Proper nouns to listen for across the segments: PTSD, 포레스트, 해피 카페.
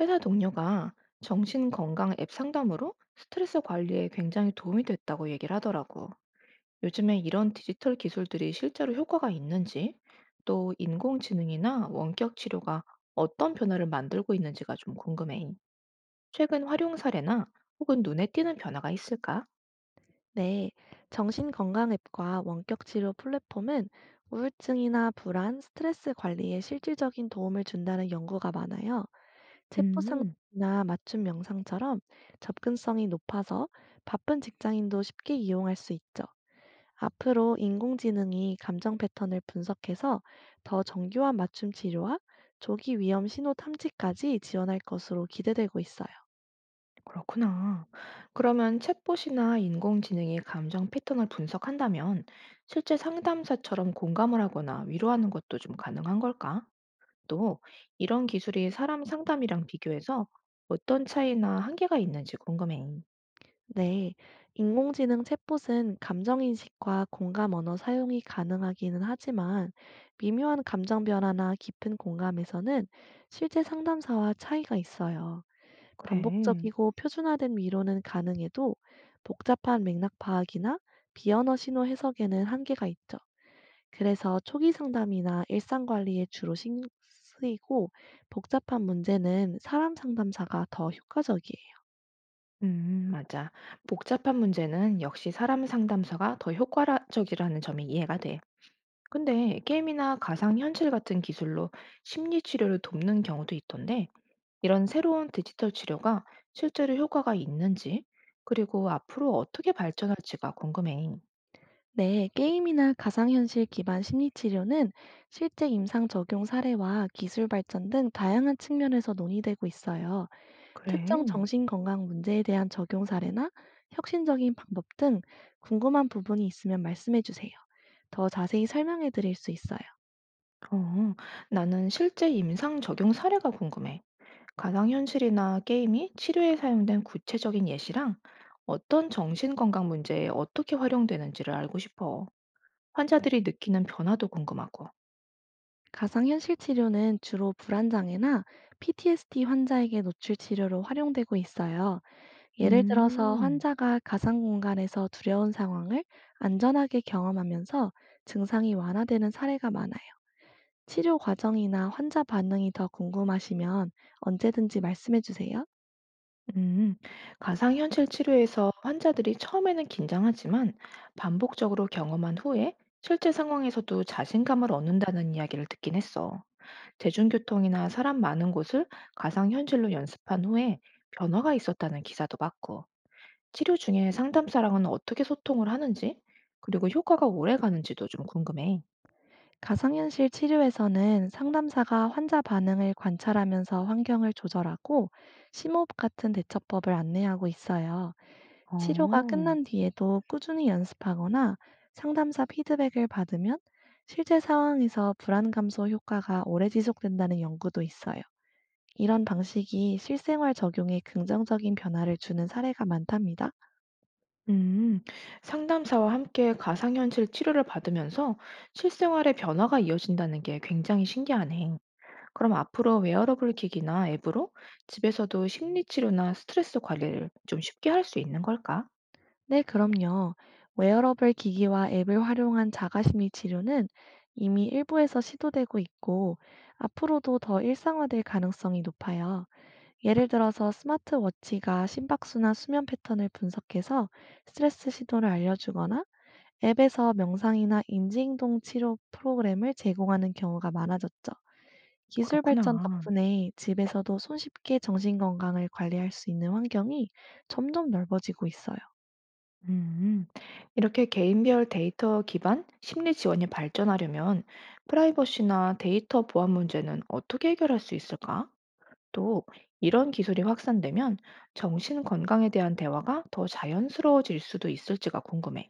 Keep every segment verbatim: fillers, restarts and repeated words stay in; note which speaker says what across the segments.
Speaker 1: 회사 동료가 정신건강 앱 상담으로 스트레스 관리에 굉장히 도움이 됐다고 얘기를 하더라고. 요즘에 이런 디지털 기술들이 실제로 효과가 있는지, 또 인공지능이나 원격 치료가 어떤 변화를 만들고 있는지가 좀 궁금해. 최근 활용 사례나 혹은 눈에 띄는 변화가 있을까?
Speaker 2: 네, 정신건강앱과 원격치료 플랫폼은 우울증이나 불안, 스트레스 관리에 실질적인 도움을 준다는 연구가 많아요.
Speaker 1: 음,
Speaker 2: 체포상태나 맞춤 명상처럼 접근성이 높아서 바쁜 직장인도 쉽게 이용할 수 있죠. 앞으로 인공지능이 감정 패턴을 분석해서 더 정교한 맞춤 치료와 조기 위험 신호 탐지까지 지원할 것으로 기대되고 있어요.
Speaker 1: 그렇구나. 그러면 챗봇이나 인공지능이 감정 패턴을 분석한다면 실제 상담사처럼 공감을 하거나 위로하는 것도 좀 가능한 걸까? 또 이런 기술이 사람 상담이랑 비교해서 어떤 차이나 한계가 있는지 궁금해.
Speaker 2: 네, 인공지능 챗봇은 감정인식과 공감 언어 사용이 가능하기는 하지만 미묘한 감정 변화나 깊은 공감에서는 실제 상담사와 차이가 있어요.
Speaker 1: 그래.
Speaker 2: 반복적이고 표준화된 위로는 가능해도 복잡한 맥락 파악이나 비언어 신호 해석에는 한계가 있죠. 그래서 초기 상담이나 일상 관리에 주로 신경 쓰이고 복잡한 문제는 사람 상담사가 더 효과적이에요.
Speaker 1: 음, 맞아. 복잡한 문제는 역시 사람 상담사가 더 효과적이라는 점이 이해가 돼. 근데 게임이나 가상 현실 같은 기술로 심리 치료를 돕는 경우도 있던데, 이런 새로운 디지털 치료가 실제로 효과가 있는지, 그리고 앞으로 어떻게 발전할지가 궁금해.
Speaker 2: 네, 게임이나 가상현실 기반 심리치료는 실제 임상 적용 사례와 기술 발전 등 다양한 측면에서 논의되고 있어요. 특정
Speaker 1: 그래.
Speaker 2: 정신건강 문제에 대한 적용 사례나 혁신적인 방법 등 궁금한 부분이 있으면 말씀해 주세요. 더 자세히 설명해 드릴 수 있어요.
Speaker 1: 어, 나는 실제 임상 적용 사례가 궁금해. 가상현실이나 게임이 치료에 사용된 구체적인 예시랑 어떤 정신건강 문제에 어떻게 활용되는지를 알고 싶어. 환자들이 느끼는 변화도 궁금하고.
Speaker 2: 가상현실 치료는 주로 불안장애나 피티에스디 환자에게 노출 치료로 활용되고 있어요. 예를 들어서
Speaker 1: 음,
Speaker 2: 환자가 가상 공간에서 두려운 상황을 안전하게 경험하면서 증상이 완화되는 사례가 많아요. 치료 과정이나 환자 반응이 더 궁금하시면 언제든지 말씀해 주세요.
Speaker 1: 음. 가상현실 치료에서 환자들이 처음에는 긴장하지만 반복적으로 경험한 후에 실제 상황에서도 자신감을 얻는다는 이야기를 듣긴 했어. 대중교통이나 사람 많은 곳을 가상현실로 연습한 후에 변화가 있었다는 기사도 봤고. 치료 중에 상담사랑은 어떻게 소통을 하는지, 그리고 효과가 오래 가는지도 좀 궁금해.
Speaker 2: 가상현실 치료에서는 상담사가 환자 반응을 관찰하면서 환경을 조절하고 심호흡 같은 대처법을 안내하고 있어요. 치료가
Speaker 1: 어,
Speaker 2: 끝난 뒤에도 꾸준히 연습하거나 상담사 피드백을 받으면 실제 상황에서 불안 감소 효과가 오래 지속된다는 연구도 있어요. 이런 방식이 실생활 적용에 긍정적인 변화를 주는 사례가 많답니다.
Speaker 1: 음, 상담사와 함께 가상현실 치료를 받으면서 실생활의 변화가 이어진다는 게 굉장히 신기하네. 그럼 앞으로 웨어러블 기기나 앱으로 집에서도 심리치료나 스트레스 관리를 좀 쉽게 할 수 있는 걸까?
Speaker 2: 네, 그럼요. 웨어러블 기기와 앱을 활용한 자가심리 치료는 이미 일부에서 시도되고 있고, 앞으로도 더 일상화될 가능성이 높아요. 예를 들어서 스마트워치가 심박수나 수면 패턴을 분석해서 스트레스 신호를 알려주거나 앱에서 명상이나 인지행동 치료 프로그램을 제공하는 경우가 많아졌죠. 기술 발전
Speaker 1: 그렇구나.
Speaker 2: 덕분에 집에서도 손쉽게 정신 건강을 관리할 수 있는 환경이 점점 넓어지고 있어요.
Speaker 1: 음, 이렇게 개인별 데이터 기반 심리 지원이 발전하려면 프라이버시나 데이터 보안 문제는 어떻게 해결할 수 있을까? 또 이런 기술이 확산되면 정신 건강에 대한 대화가 더 자연스러워질 수도 있을지가 궁금해.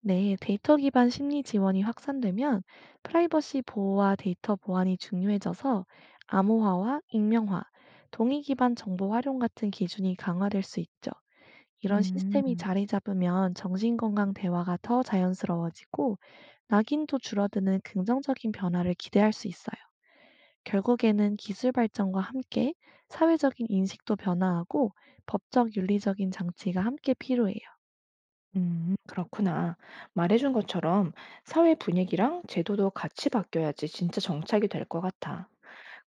Speaker 2: 네, 데이터 기반 심리 지원이 확산되면 프라이버시 보호와 데이터 보안이 중요해져서 암호화와 익명화, 동의 기반 정보 활용 같은 기준이 강화될 수 있죠. 이런
Speaker 1: 음,
Speaker 2: 시스템이 자리 잡으면 정신건강 대화가 더 자연스러워지고 낙인도 줄어드는 긍정적인 변화를 기대할 수 있어요. 결국에는 기술 발전과 함께 사회적인 인식도 변화하고 법적 윤리적인 장치가 함께 필요해요.
Speaker 1: 음, 그렇구나. 말해준 것처럼 사회 분위기랑 제도도 같이 바뀌어야지 진짜 정착이 될 것 같아.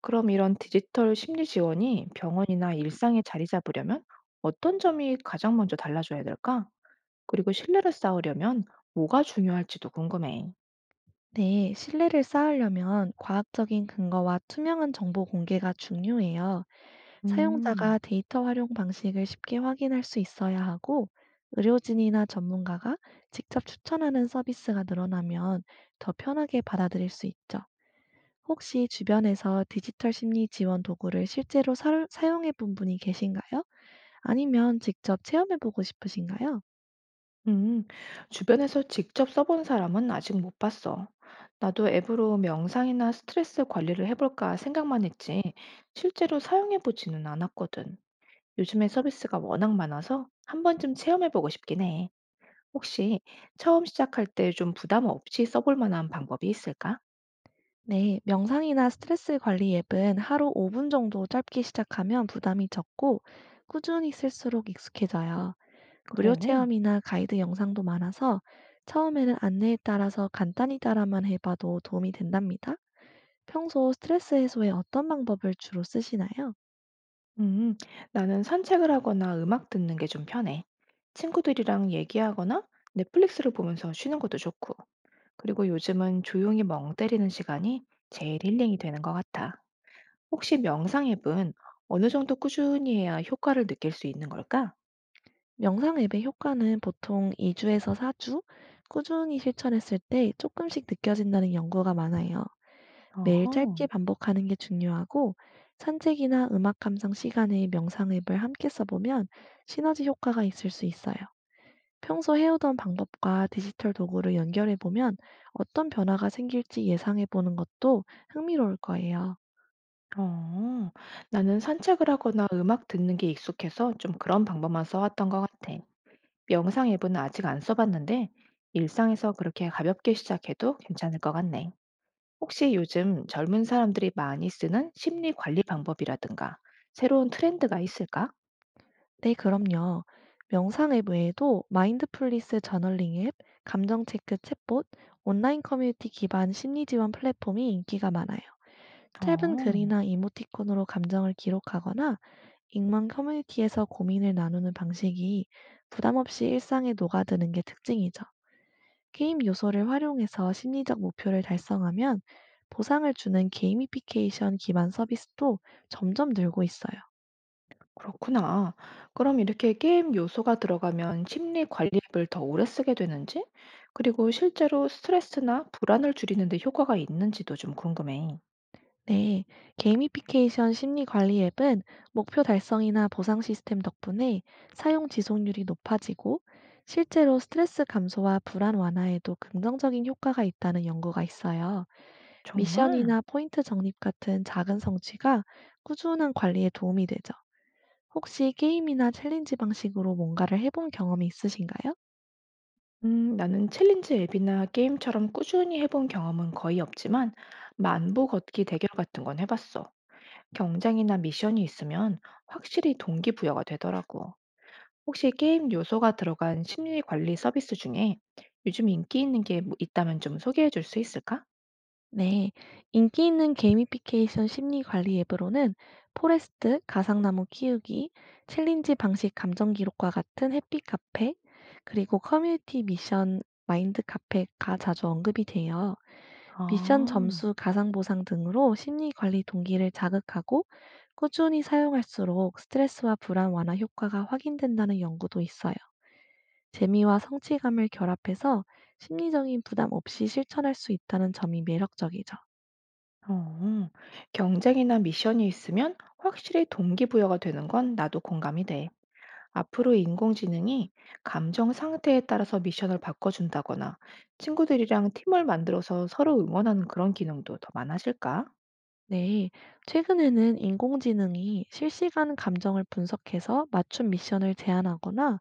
Speaker 1: 그럼 이런 디지털 심리 지원이 병원이나 일상에 자리 잡으려면 어떤 점이 가장 먼저 달라져야 될까? 그리고 신뢰를 쌓으려면 뭐가 중요할지도 궁금해.
Speaker 2: 네, 신뢰를 쌓으려면 과학적인 근거와 투명한 정보 공개가 중요해요. 사용자가
Speaker 1: 음,
Speaker 2: 데이터 활용 방식을 쉽게 확인할 수 있어야 하고, 의료진이나 전문가가 직접 추천하는 서비스가 늘어나면 더 편하게 받아들일 수 있죠. 혹시 주변에서 디지털 심리 지원 도구를 실제로 사, 사용해 본 분이 계신가요? 아니면 직접 체험해 보고 싶으신가요?
Speaker 1: 음, 주변에서 직접 써본 사람은 아직 못 봤어. 나도 앱으로 명상이나 스트레스 관리를 해볼까 생각만 했지, 실제로 사용해보지는 않았거든. 요즘에 서비스가 워낙 많아서 한 번쯤 체험해보고 싶긴 해. 혹시 처음 시작할 때 좀 부담 없이 써볼 만한 방법이 있을까?
Speaker 2: 네, 명상이나 스트레스 관리 앱은 하루 오 분 정도 짧게 시작하면 부담이 적고 꾸준히 쓸수록 익숙해져요. 무료
Speaker 1: 그래.
Speaker 2: 체험이나 가이드 영상도 많아서 처음에는 안내에 따라서 간단히 따라만 해봐도 도움이 된답니다. 평소 스트레스 해소에 어떤 방법을 주로 쓰시나요?
Speaker 1: 음, 나는 산책을 하거나 음악 듣는 게 좀 편해. 친구들이랑 얘기하거나 넷플릭스를 보면서 쉬는 것도 좋고. 그리고 요즘은 조용히 멍 때리는 시간이 제일 힐링이 되는 것 같아. 혹시 명상 앱은 어느 정도 꾸준히 해야 효과를 느낄 수 있는 걸까?
Speaker 2: 명상 앱의 효과는 보통 이 주에서 사 주 꾸준히 실천했을 때 조금씩 느껴진다는 연구가 많아요. 매일
Speaker 1: 어허.
Speaker 2: 짧게 반복하는 게 중요하고 산책이나 음악 감상 시간에 명상 앱을 함께 써보면 시너지 효과가 있을 수 있어요. 평소 해오던 방법과 디지털 도구를 연결해보면 어떤 변화가 생길지 예상해보는 것도 흥미로울 거예요.
Speaker 1: 어, 나는 산책을 하거나 음악 듣는 게 익숙해서 좀 그런 방법만 써왔던 것 같아. 명상 앱은 아직 안 써봤는데 일상에서 그렇게 가볍게 시작해도 괜찮을 것 같네. 혹시 요즘 젊은 사람들이 많이 쓰는 심리 관리 방법이라든가 새로운 트렌드가 있을까?
Speaker 2: 네, 그럼요. 명상 앱 외에도 마인드풀리스 저널링 앱, 감정 체크 챗봇, 온라인 커뮤니티 기반 심리 지원 플랫폼이 인기가 많아요. 짧은
Speaker 1: 어,
Speaker 2: 글이나 이모티콘으로 감정을 기록하거나 익명 커뮤니티에서 고민을 나누는 방식이 부담 없이 일상에 녹아드는 게 특징이죠. 게임 요소를 활용해서 심리적 목표를 달성하면 보상을 주는 게이미피케이션 기반 서비스도 점점 늘고 있어요.
Speaker 1: 그렇구나. 그럼 이렇게 게임 요소가 들어가면 심리 관리 앱을 더 오래 쓰게 되는지, 그리고 실제로 스트레스나 불안을 줄이는 데 효과가 있는지도 좀 궁금해.
Speaker 2: 네, 게이미피케이션 심리 관리 앱은 목표 달성이나 보상 시스템 덕분에 사용 지속률이 높아지고 실제로 스트레스 감소와 불안 완화에도 긍정적인 효과가 있다는 연구가 있어요.
Speaker 1: 정말?
Speaker 2: 미션이나 포인트 적립 같은 작은 성취가 꾸준한 관리에 도움이 되죠. 혹시 게임이나 챌린지 방식으로 뭔가를 해본 경험이 있으신가요?
Speaker 1: 음, 나는 챌린지 앱이나 게임처럼 꾸준히 해본 경험은 거의 없지만 만보 걷기 대결 같은 건 해봤어. 경쟁이나 미션이 있으면 확실히 동기부여가 되더라고. 혹시 게임 요소가 들어간 심리 관리 서비스 중에 요즘 인기 있는 게뭐 있다면 좀 소개해 줄 수 있을까?
Speaker 2: 네. 인기 있는 게이미피케이션 심리 관리 앱으로는 포레스트, 가상나무 키우기, 챌린지 방식 감정 기록과 같은 해피 카페, 그리고 커뮤니티 미션 마인드 카페가 자주 언급이 돼요. 미션
Speaker 1: 아,
Speaker 2: 점수 가상 보상 등으로 심리 관리 동기를 자극하고 꾸준히 사용할수록 스트레스와 불안 완화 효과가 확인된다는 연구도 있어요. 재미와 성취감을 결합해서 심리적인 부담 없이 실천할 수 있다는 점이 매력적이죠.
Speaker 1: 어, 경쟁이나 미션이 있으면 확실히 동기부여가 되는 건 나도 공감이 돼. 앞으로 인공지능이 감정 상태에 따라서 미션을 바꿔준다거나 친구들이랑 팀을 만들어서 서로 응원하는 그런 기능도 더 많아질까?
Speaker 2: 네, 최근에는 인공지능이 실시간 감정을 분석해서 맞춤 미션을 제안하거나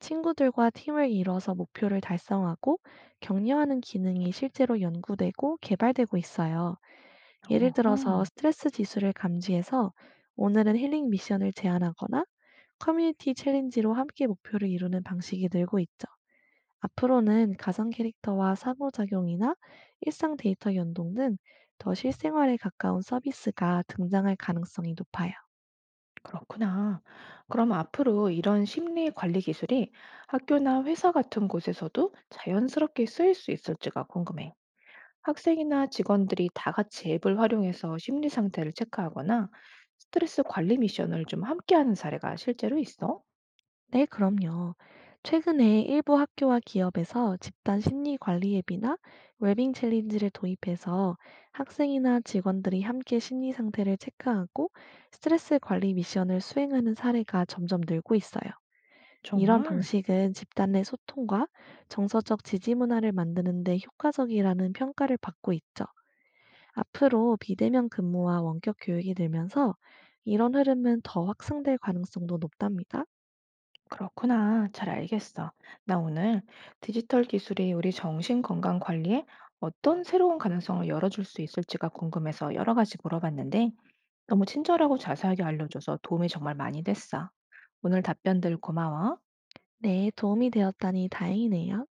Speaker 2: 친구들과 팀을 이뤄서 목표를 달성하고 격려하는 기능이 실제로 연구되고 개발되고 있어요. 예를
Speaker 1: 어허,
Speaker 2: 들어서 스트레스 지수를 감지해서 오늘은 힐링 미션을 제안하거나 커뮤니티 챌린지로 함께 목표를 이루는 방식이 늘고 있죠. 앞으로는 가상 캐릭터와 상호작용이나 일상 데이터 연동 등 더 실생활에 가까운 서비스가 등장할 가능성이 높아요.
Speaker 1: 그렇구나. 그럼 앞으로 이런 심리 관리 기술이 학교나 회사 같은 곳에서도 자연스럽게 쓰일 수 있을지가 궁금해. 학생이나 직원들이 다 같이 앱을 활용해서 심리 상태를 체크하거나 스트레스 관리 미션을 좀 함께하는 사례가 실제로 있어?
Speaker 2: 네, 그럼요. 최근에 일부 학교와 기업에서 집단 심리 관리 앱이나 웰빙 챌린지를 도입해서 학생이나 직원들이 함께 심리 상태를 체크하고 스트레스 관리 미션을 수행하는 사례가 점점 늘고 있어요. 이런
Speaker 1: 정말?
Speaker 2: 방식은 집단 내 소통과 정서적 지지 문화를 만드는 데 효과적이라는 평가를 받고 있죠. 앞으로 비대면 근무와 원격 교육이 늘면서 이런 흐름은 더 확산될 가능성도 높답니다.
Speaker 1: 그렇구나. 잘 알겠어. 나 오늘 디지털 기술이 우리 정신 건강 관리에 어떤 새로운 가능성을 열어줄 수 있을지가 궁금해서 여러 가지 물어봤는데 너무 친절하고 자세하게 알려줘서 도움이 정말 많이 됐어. 오늘 답변들 고마워.
Speaker 2: 네, 도움이 되었다니 다행이네요.